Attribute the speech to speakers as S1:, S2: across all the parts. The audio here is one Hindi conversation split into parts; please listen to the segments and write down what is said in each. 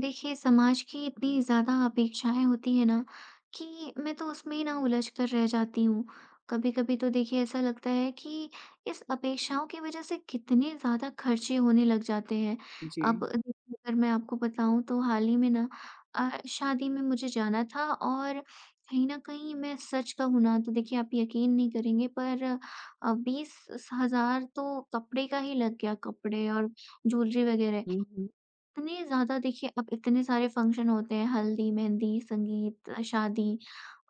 S1: देखिए, समाज की इतनी ज़्यादा अपेक्षाएँ होती हैं ना कि मैं तो उसमें ही ना उलझ कर रह जाती हूँ। कभी-कभी तो देखिए ऐसा लगता है कि इस अपेक्षाओं की वज़ह से कितने ज़्यादा खर्चे होने लग जाते हैं। अब
S2: जी।
S1: देखिए, अगर मैं आपको बताऊँ तो हाल ही में ना शादी में मुझे जाना था, और कहीं न कहीं मैं सच कहूँ ना तो देखिए आप यकीन नहीं करेंगे, पर 20 स हज़ार तो कपड़े का ही लग गया, कपड़े और ज्वेलरी वग़ैरह।
S2: हुँ, हुँ।
S1: इतने ज़्यादा देखिए, अब इतने सारे फंक्शन होते हैं, हल्दी, मेहंदी, संगीत, शादी।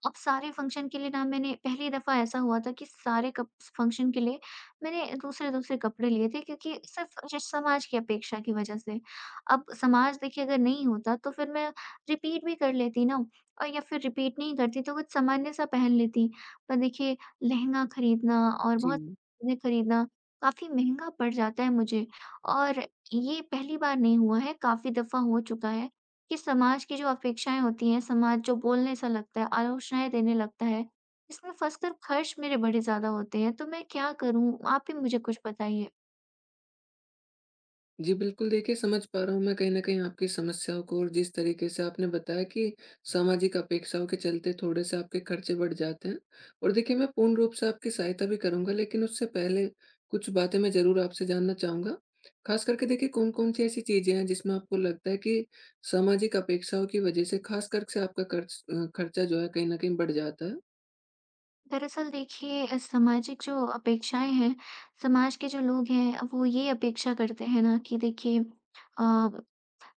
S1: अब सारे फंक्शन के लिए ना मैंने, पहली दफ़ा ऐसा हुआ था कि सारे कप फंक्शन के लिए मैंने दूसरे-दूसरे कपड़े लिए थे, क्योंकि सिर्फ़ ज समाज की अपेक्षा की वज़ह से। अब समाज देखिए अगर नहीं होता तो फिर मैं रिपीट भी कर लेती ना, और या फिर रिपीट नहीं करती तो कुछ सामान्य-सा पहन लेती। पर देखिए, लहंगा खरीदना और
S2: जी।
S1: बहुत चीज़ें खरीदना काफ़ी महँगा पड़ जाता है मुझे, और ये पहली बार नहीं हुआ है, काफ़ी दफ़ा हो चुका है कि समाज की जो अपेक्षाएँ होती हैं, समाज जो बोलने सा लगता है, आलोचनाएँ देने लगता है, इसमें फँसकर खर्च मेरे बड़े ज़्यादा होते हैं, तो मैं क्या करूँ? आप ही मुझे कुछ बताइए।
S2: जी, बिल्कुल देखिए समझ पा रहा हूँ मैं कहीं न कहीं आपकी समस्याओं को और जिस तरीके से आपने बताया कि सामाजिक अपेक्षाओं के चलते थोड़े-से आपके खर्चे बढ़ जाते हैं। और देखिए मैं पूर्ण रूप से आपकी सहायता भी करूँगा, लेकिन उससे पहले कुछ बातें मैं ज़रूर आपसे जानना चाहूँगा। ख़ास करके देखिए कौन-कौन सी ऐसी चीज़ें हैं जिसमें आपको लगता है कि सामाजिक अपेक्षाओं की वज़ह से ख़ास कर से आपका खर्चा जो है कहीं न कहीं बढ़ जाता है?
S1: दरअसल देखिए, सामाजिक जो अपेक्षाएँ हैं, समाज के जो लोग हैं, अब वो ये अपेक्षा करते हैं ना कि देखिए अ,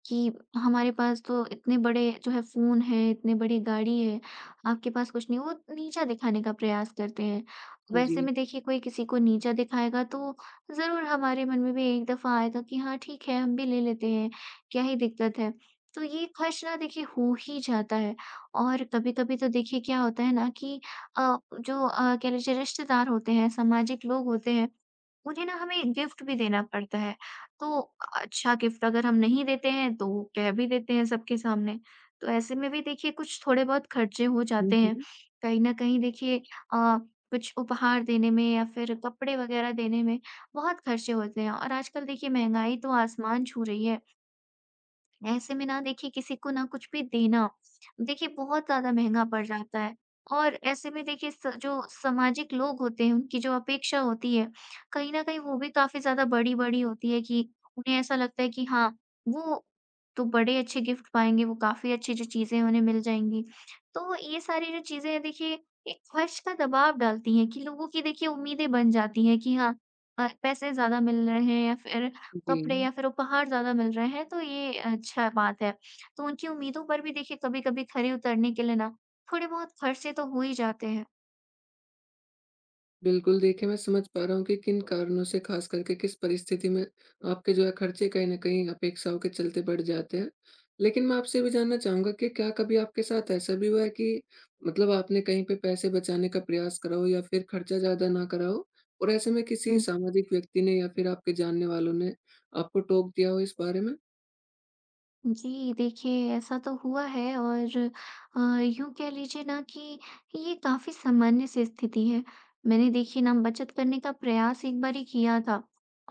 S1: कि हमारे पास तो इतने बड़े जो है फ़ोन है, इतने बड़ी गाड़ी है, आपके पास कुछ नहीं। वो नीचा दिखाने का प्रयास करते हैं। वैसे
S2: जी।
S1: में देखिए कोई किसी को नीचा दिखाएगा तो ज़रूर हमारे मन में भी एक दफ़ा आएगा कि हाँ ठीक है, हम भी ले लेते हैं, क्या ही दिक्कत है। तो ये ख़र्च ना देखिए हो ही जाता है, और कभी-कभी तो देखिए क्या होता है ना कि कह लीजिए रिश्तेदार होते हैं, सामाजिक लोग होते हैं, मुझे ना हमें गिफ्ट भी देना पड़ता है। तो अच्छा गिफ्ट अगर हम नहीं देते हैं तो कह भी देते हैं सबके सामने। तो ऐसे में भी देखिए कुछ थोड़े बहुत खर्चे हो
S2: हुँ,
S1: जाते हैं।
S2: हुँ।
S1: कहीं न कहीं देखिए अ, कुछ उपहार देने में या फिर कपड़े वग़ैरह देने में बहुत खर्चे होते हैं, और आजकल देखिए महँगाई तो आसमान छू रही है। ऐसे में ना देखिए किसी को ना कुछ भी देना, देखिए बहुत ज़्यादा महँगा पड़ जाता है। और ऐसे में देखिए स जो सामाजिक लोग होते हैं, उनकी जो अपेक्षा होती है, कहीं न कहीं वो भी काफ़ी ज़्यादा बड़ी-बड़ी होती है कि उन्हें ऐसा लगता है कि हाँ, वो तो बड़े अच्छे गिफ्ट पाएँगे, वो काफ़ी अच्छी जो चीज़ें उन्हें मिल जाएँगी। तो ये सारी जो चीज़ें हैं देखिए एक ख़र्च का दबाव डालती हैं कि लोगों की देखिए उम्मीदें बन जाती हैं कि हाँ, पैसे ज़्यादा मिल रहे हैं, या फिर
S2: जी।
S1: कपड़े या फिर उपहार ज़्यादा मिल रहे हैं, तो ये अच्छा बात है। तो उनकी उम्मीदों पर भी देखिए कभी-कभी खरे उतरने के लिए ना थोड़े बहुत खर्चे तो हो ही जाते हैं।
S2: बिल्कुल, देखिए मैं समझ पा रहा हूँ कि किन कारणों से ख़ास करके किस परिस्थिति में आपके जो है खर्चे कहीं न कहीं अपेक्षाओं के चलते बढ़ जाते हैं। लेकिन मैं आपसे ये भी जानना चाहूँगा कि क्या कभी आपके साथ ऐसा भी हुआ है कि मतलब आपने कहीं पे पैसे बचाने का प्रयास करा हो या फिर खर्चा ज़्यादा ना करा हो, और ऐसे में किसी
S1: हुँ।
S2: सामाजिक व्यक्ति ने या फिर आपके जानने वालों ने आपको टोक दिया हो इस बारे में?
S1: जी, देखिए ऐसा तो हुआ है, और यूँ कह लीजिए ना कि ये काफ़ी सामान्य सी स्थिति है। मैंने देखिए ना बचत करने का प्रयास एक बारी किया था,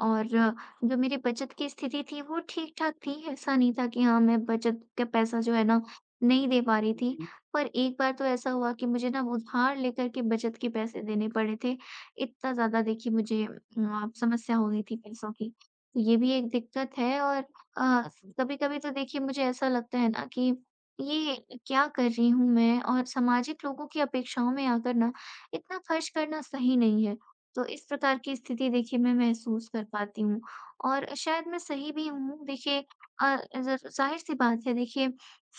S1: और जो मेरी बचत की स्थिति थी वो ठीक-ठाक थी। ऐसा नहीं था कि हाँ, मैं बचत का पैसा जो है ना नहीं दे पा रही थी।
S2: जी।
S1: पर एक बार तो ऐसा हुआ कि मुझे ना उधार लेकर के बचत के पैसे देने पड़े थे। इतना ज़्यादा देखिए मुझे समस्या हो गई थी पैसों की। तो ये भी एक दिक्कत है, और अ, कभी-कभी तो देखिए मुझे ऐसा लगता है ना कि ये क्या कर रही हूँ मैं, और सामाजिक लोगों की अपेक्षाओं में आकर ना इतना खर्च करना सही नहीं है। तो इस प्रकार की स्थिति देखिए मैं महसूस कर पाती हूँ, और शायद मैं सही भी हूँ। देखिए, अ, ज़र ज़ाहिर-सी बात है देखिए,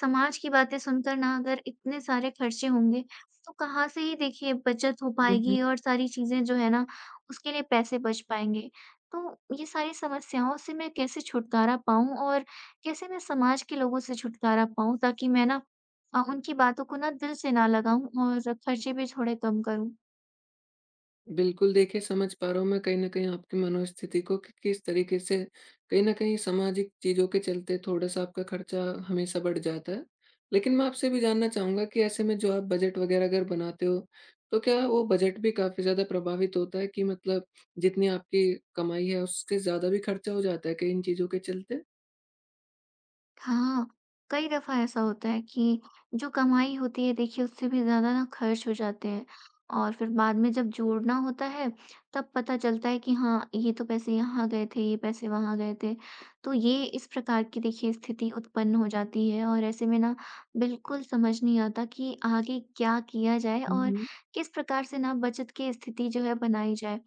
S1: समाज की बातें सुनकर ना अगर इतने सारे खर्चे होंगे तो कहाँ से ही देखिए बचत हो पाएगी और सारी चीज़ें जो है ना उसके लिए पैसे बच पाएँगे। तो ये सारी समस्याओं से मैं कैसे छुटकारा पाऊँ, और कैसे मैं समाज के लोगों से छुटकारा पाऊँ ताकि मैं ना उनकी बातों को ना दिल से ना लगाऊँ, और खर्चे भी थोड़े कम करूँ?
S2: बिल्कुल, देखिए समझ पा रहा हूँ मैं कहीं न कहीं आपकी मनोस्थिति को कि किस तरीके से कहीं न कहीं सामाजिक चीज़ों के चलते थोड़ा-सा आपका खर्चा हमेशा बढ़ जाता है। लेकिन मैं आपसे भी जानना चाहूँगा कि ऐसे में जो आप बजट वग़ैरह अगर बनाते हो, तो क्या वो बजट भी काफ़ी ज़्यादा प्रभावित होता है कि मतलब जितनी आपकी कमाई है उससे ज़्यादा भी खर्चा हो जाता है कई इन चीज़ों के चलते?
S1: हाँ, कई दफ़ा ऐसा होता है कि जो कमाई होती है देखिए उससे भी ज़्यादा ना खर्च हो जाते हैं, और फिर बाद में जब जोड़ना होता है तब पता चलता है कि हाँ, ये तो पैसे यहाँ गए थे, ये पैसे वहाँ गए थे। तो ये इस प्रकार की देखिए स्थिति उत्पन्न हो जाती है, और ऐसे में ना बिल्कुल समझ नहीं आता कि आगे क्या किया जाए,
S2: हुँ,
S1: और
S2: हुँ।
S1: किस प्रकार से ना बचत की स्थिति जो है बनाई जाए।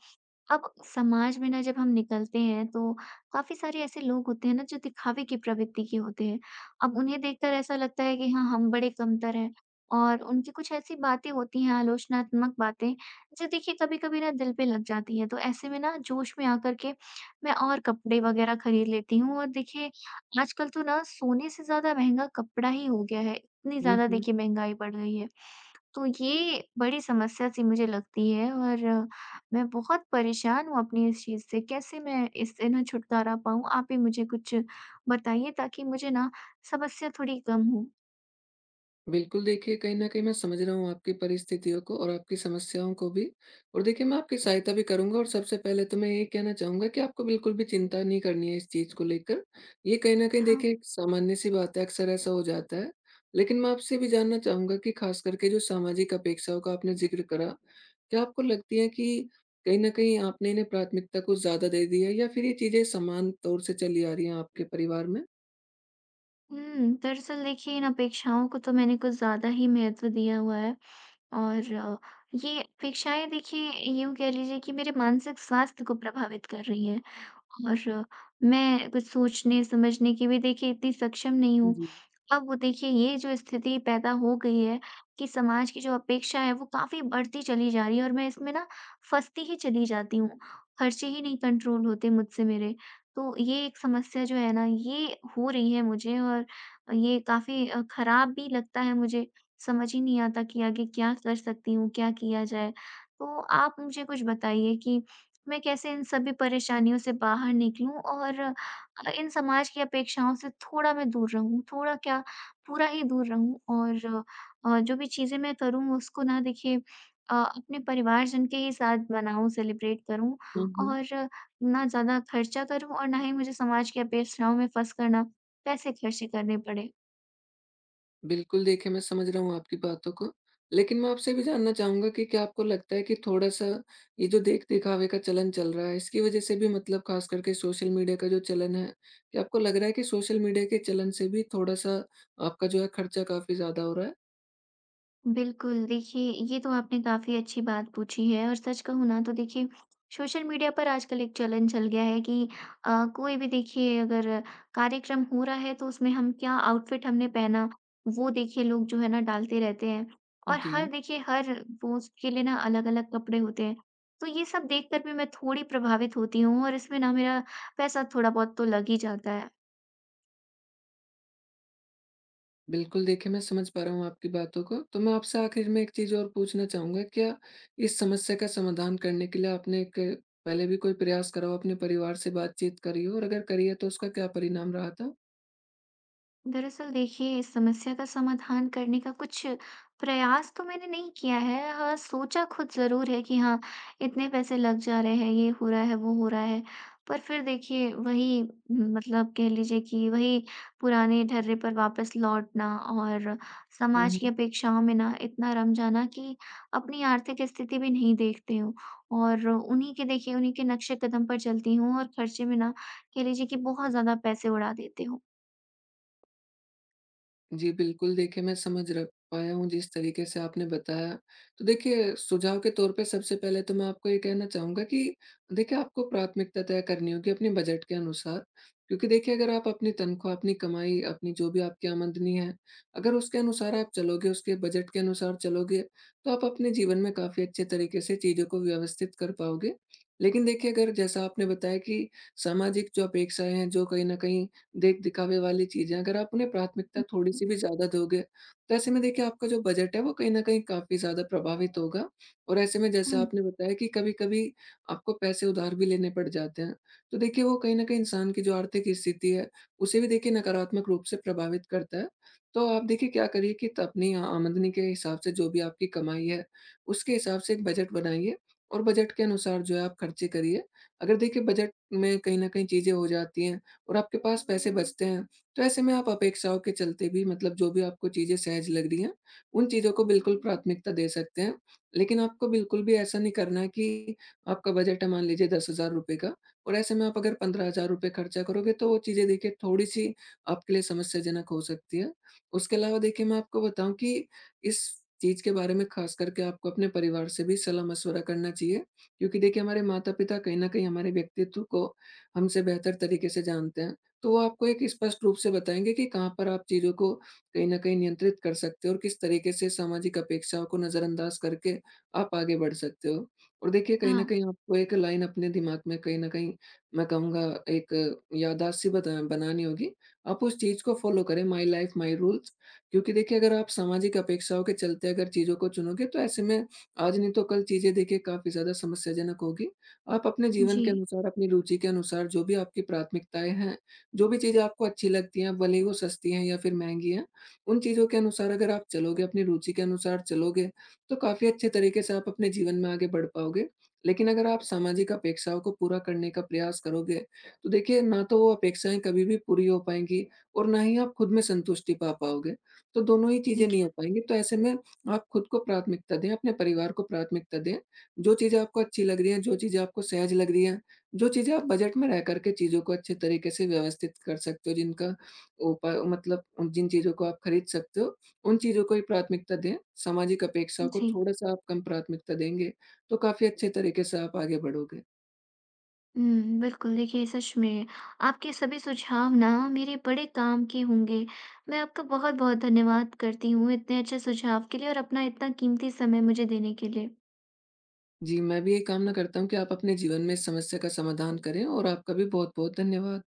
S1: अब समाज में ना जब हम निकलते हैं तो काफ़ी सारे ऐसे लोग होते हैं ना जो दिखावे की प्रवृत्ति के होते हैं। अब उन्हें देखकर ऐसा लगता है कि हाँ, हम बड़े कमतर हैं, और उनकी कुछ ऐसी बातें होती हैं, आलोचनात्मक बातें, जो देखिए कभी-कभी ना दिल पे लग जाती हैं। तो ऐसे में ना जोश में आकर के मैं और कपड़े वग़ैरह खरीद लेती हूँ, और देखिए आजकल तो ना सोने से ज़्यादा महँगा कपड़ा ही हो गया है। इतनी
S2: हुँ,
S1: ज़्यादा
S2: हुँ।
S1: देखिए महँगाई बढ़ गई है। तो ये बड़ी समस्या-सी मुझे लगती है, और मैं बहुत परेशान हूँ अपनी इस चीज़ से, कैसे मैं इससे ना छुटकारा पाऊँ? आप ही मुझे कुछ बताइए ताकि मुझे ना समस्या थोड़ी कम हो।
S2: बिल्कुल, देखिए कहीं न कहीं मैं समझ रहा हूँ आपकी परिस्थितियों को और आपकी समस्याओं को भी। और देखिए मैं आपकी सहायता भी करूँगा, और सबसे पहले तो मैं यही कहना चाहूँगा कि आपको बिल्कुल भी चिंता नहीं करनी है इस चीज़ को लेकर। ये कहीं न कहीं
S1: हाँ।
S2: देखिए एक सामान्य-सी बात है, अक्सर ऐसा हो जाता है। लेकिन मैं आपसे भी जानना चाहूँगा कि ख़ास करके जो सामाजिक अपेक्षाओं का आपने ज़िक्र करा, क्या आपको लगती है कि कहीं न कहीं आपने इन्हें प्राथमिकता कुछ ज़्यादा दे दी है, या फिर ये चीज़ें समान तौर से चली आ रही हैं आपके परिवार में?
S1: हुँ, दरअसल देखिए इन अपेक्षाओं को तो मैंने कुछ ज़्यादा ही महत्व दिया हुआ है, और ये अपेक्षाएँ देखिए, यूँ कह लीजिए कि मेरे मानसिक स्वास्थ्य को प्रभावित कर रही हैं। और मैं कुछ सोचने समझने की भी देखिए इतनी सक्षम नहीं हूँ।
S2: जी।
S1: अब वो देखिए ये जो स्थिति पैदा हो गई है कि समाज की जो अपेक्षा है वो काफ़ी बढ़ती चली जा रही है, और मैं इसमें ना फँसती ही चली जाती हूँ। खर्चे ही नहीं कंट्रोल होते मुझसे मेरे। तो ये एक समस्या जो है ना ये हो रही है मुझे, और ये काफ़ी खराब भी लगता है मुझे। समझ ही नहीं आता कि आगे क्या कर सकती हूँ, क्या किया जाए? तो आप मुझे कुछ बताइए कि मैं कैसे इन सभी परेशानियों से बाहर निकलूँ, और इन समाज की अपेक्षाओं से थोड़ा मैं दूर रहूँ, थोड़ा क्या, पूरा ही दूर रहूँ, और जो भी चीज़ें मैं करूँ उसको ना देखिए अपने परिवारजन के ही साथ मनाऊँ, सेलिब्रेट करूँ,
S2: हुँ, हुँ।
S1: और ना ज़्यादा खर्चा करूँ, और ना ही मुझे समाज की अपेक्षाओं में फँस कर ना पैसे खर्चे करने पड़े।
S2: बिल्कुल, देखिए मैं समझ रहा हूँ आपकी बातों को। लेकिन मैं आपसे ये भी जानना चाहूँगा कि क्या आपको लगता है कि थोड़ा-सा ये जो देख-दिखावे का चलन चल रहा है, इसकी वज़ह से भी, मतलब ख़ास करके सोशल मीडिया का जो चलन है, क्या आपको लग रहा है कि सोशल मीडिया के चलन से भी थोड़ा-सा आपका जो है खर्चा काफ़ी ज़्यादा हो रहा है?
S1: बिल्कुल, देखिए ये तो आपने काफ़ी अच्छी बात पूछी है, और सच कहूँ ना तो देखिए सोशल मीडिया पर आजकल एक चलन चल गया है कि कोई भी देखिए अगर कार्यक्रम हो रहा है तो उसमें हम क्या आउटफिट हमने पहना, वो देखिए लोग जो है ना डालते रहते हैं। और हर
S2: जी,
S1: देखिए हर पोस्ट के लिए ना अलग-अलग कपड़े होते हैं। तो ये सब देखकर भी मैं थोड़ी प्रभावित होती हूँ, और इसमें ना मेरा पैसा थोड़ा बहुत तो लग ही जाता है।
S2: बिल्कुल देखिए मैं समझ पा रहा हूँ आपकी बातों को। तो मैं आपसे आखिर में एक चीज़ और पूछना चाहूँगा, क्या इस समस्या का समाधान करने के लिए आपने एक पहले भी कोई प्रयास करा हो, अपने परिवार से बातचीत करी हो, और अगर करी है तो उसका क्या परिणाम रहा था?
S1: दरअसल देखिए इस समस्या का समाधान करने का कुछ प्रयास तो मैंने नहीं किया है, हाँ सोचा खुद जरूर है कि हाँ, इतने पैसे लग जा रहे हैं, ये हो रहा है, वो हो रहा है। पर फिर देखिए वही, मतलब कह लीजिए कि वही पुराने ढर्रे पर वापस लौटना, और समाज
S2: हम्म।
S1: की अपेक्षाओं में ना इतना रम जाना कि अपनी आर्थिक स्थिति भी नहीं देखती हूँ, और उन्हीं के देखिए उन्हीं के नक्शे कदम पर चलती हूँ, और खर्चे में ना कह लीजिए कि बहुत ज्यादा पैसे उड़ा देती हूँ।
S2: जी, बिल्कुल देखिए मैं समझ र पाया हूँ जिस तरीके से आपने बताया। तो देखिए सुझाव के तौर पे सबसे पहले तो मैं आपको ये कहना चाहूँगा कि देखिए आपको प्राथमिकता तय करनी होगी अपने बजट के अनुसार। क्योंकि देखिए अगर आप अपनी तनख्वाह, अपनी कमाई, अपनी जो भी आपकी आमदनी है, अगर उसके अनुसार आप चलोगे, उसके बजट के अनुसार चलोगे, तो आप अपने जीवन में काफ़ी अच्छे तरीके से चीज़ों को व्यवस्थित कर पाओगे। लेकिन देखिए अगर, जैसा आपने बताया कि सामाजिक जो अपेक्षाएँ हैं, जो कहीं न कहीं देख-दिखावे वाली चीज़ें, अगर आप उन्हें प्राथमिकता थोड़ी-सी भी ज़्यादा दोगे, तो ऐसे में देखिए आपका जो बजट है, वो कहीं न कहीं काफ़ी ज़्यादा प्रभावित होगा। और ऐसे में,
S1: हुँ,
S2: जैसा आपने बताया कि कभी-कभी आपको पैसे उधार भी लेने पड़ जाते हैं। तो देखिए वो कहीं न कहीं इंसान की जो आर्थिक स्थिति है, उसे भी देखिए नकारात्मक रूप से प्रभावित करता है। तो आप देखिए क्या करिए कि त अपनी आमदनी के हिसाब से, जो भी आपकी कमाई है, उसके हिसाब से एक बजट बनाइए और बजट के अनुसार जो है आप खर्चे करिए। अगर देखिए बजट में कहीं न कहीं चीज़ें हो जाती हैं और आपके पास पैसे बचते हैं, तो ऐसे में आप अपेक्षाओं के चलते भी, मतलब जो भी आपको चीज़ें सहज लग रही हैं, उन चीज़ों को बिल्कुल प्राथमिकता दे सकते हैं। लेकिन आपको बिल्कुल भी ऐसा नहीं करना है कि आपका बजट है मान लीजिए ₹10,000 का, और ऐसे में आप अगर ₹15,000 खर्चा करोगे, तो वो चीज़ें देखिए थोड़ी-सी आपके लिए समस्याजनक हो सकती है। उसके अलावा देखिए मैं आपको बताऊँ कि इस चीज़ के बारे में ख़ास करके आपको अपने परिवार से भी सलाह-मशवरा करना चाहिए। क्योंकि देखिए हमारे माता-पिता कहीं न कहीं हमारे व्यक्तित्व को हमसे बेहतर तरीके से जानते हैं, तो वो आपको एक स्पष्ट रूप से बताएँगे कि कहाँ पर आप चीज़ों को कहीं न कहीं नियंत्रित कर सकते हो और किस तरीके से सामाजिक अपेक्षाओं को नज़रअंदाज करके आप आगे बढ़ सकते हो। और देखिए कहीं न
S1: हाँ।
S2: कहीं आपको एक लाइन अपने दिमाग में, कहीं न कहीं मैं कहूँगा एक याददाश्त सी बता बनानी होगी। आप उस चीज़ को फ़ॉलो करें, माई लाइफ माई रूल्स। क्योंकि देखिए अगर आप सामाजिक अपेक्षाओं के चलते अगर चीज़ों को चुनोगे, तो ऐसे में आज नहीं तो कल चीज़ें देखिए काफ़ी ज़्यादा समस्याजनक होगी। आप अपने जीवन
S1: जी,
S2: के अनुसार, अपनी रुचि के अनुसार, जो भी आपकी प्राथमिकताएँ हैं, जो भी चीज़ें आपको अच्छी लगती हैं, भले ही वो सस्ती हैं या फिर महँगी हैं, उन चीज़ों के अनुसार अगर आप चलोगे, अपनी रुचि के अनुसार चलोगे, तो काफ़ी अच्छे तरीके से आप अपने जीवन में आगे बढ़ पाओगे। लेकिन अगर आप सामाजिक अपेक्षाओं को पूरा करने का प्रयास करोगे, तो देखिए ना तो वो अपेक्षाएँ कभी भी पूरी हो पाएँगी और ना ही आप खुद में संतुष्टि पा पाओगे। तो दोनों ही चीज़ें
S1: ठीक
S2: नहीं
S1: है।
S2: हो पाएँगी। तो ऐसे में आप खुद को प्राथमिकता दें, अपने परिवार को प्राथमिकता दें। जो चीज़ें आपको अच्छी लग रही हैं, जो चीज़ें आपको सहज लग रही हैं, जो चीज़ें आप बजट में रह कर के चीज़ों को अच्छे तरीके से व्यवस्थित कर सकते हो, जिनका उप मतलब जिन चीज़ों को आप खरीद सकते हो, उन चीज़ों को ही प्राथमिकता दें। सामाजिक अपेक्षाओं को
S1: जी।
S2: थोड़ा-सा आप कम प्राथमिकता देंगे, तो काफ़ी अच्छे तरीके से आप आगे बढ़ोगे।
S1: हुँ, बिल्कुल देखिए सच में आपके सभी सुझाव ना मेरे बड़े काम के होंगे। मैं आपका बहुत-बहुत धन्यवाद करती हूँ इतने अच्छे सुझाव के लिए, और अपना इतना कीमती समय मुझे देने के लिए।
S2: जी, मैं भी यही कामना करता हूँ कि आप अपने जीवन में इस समस्या का समाधान करें, और आपका भी बहुत-बहुत धन्यवाद।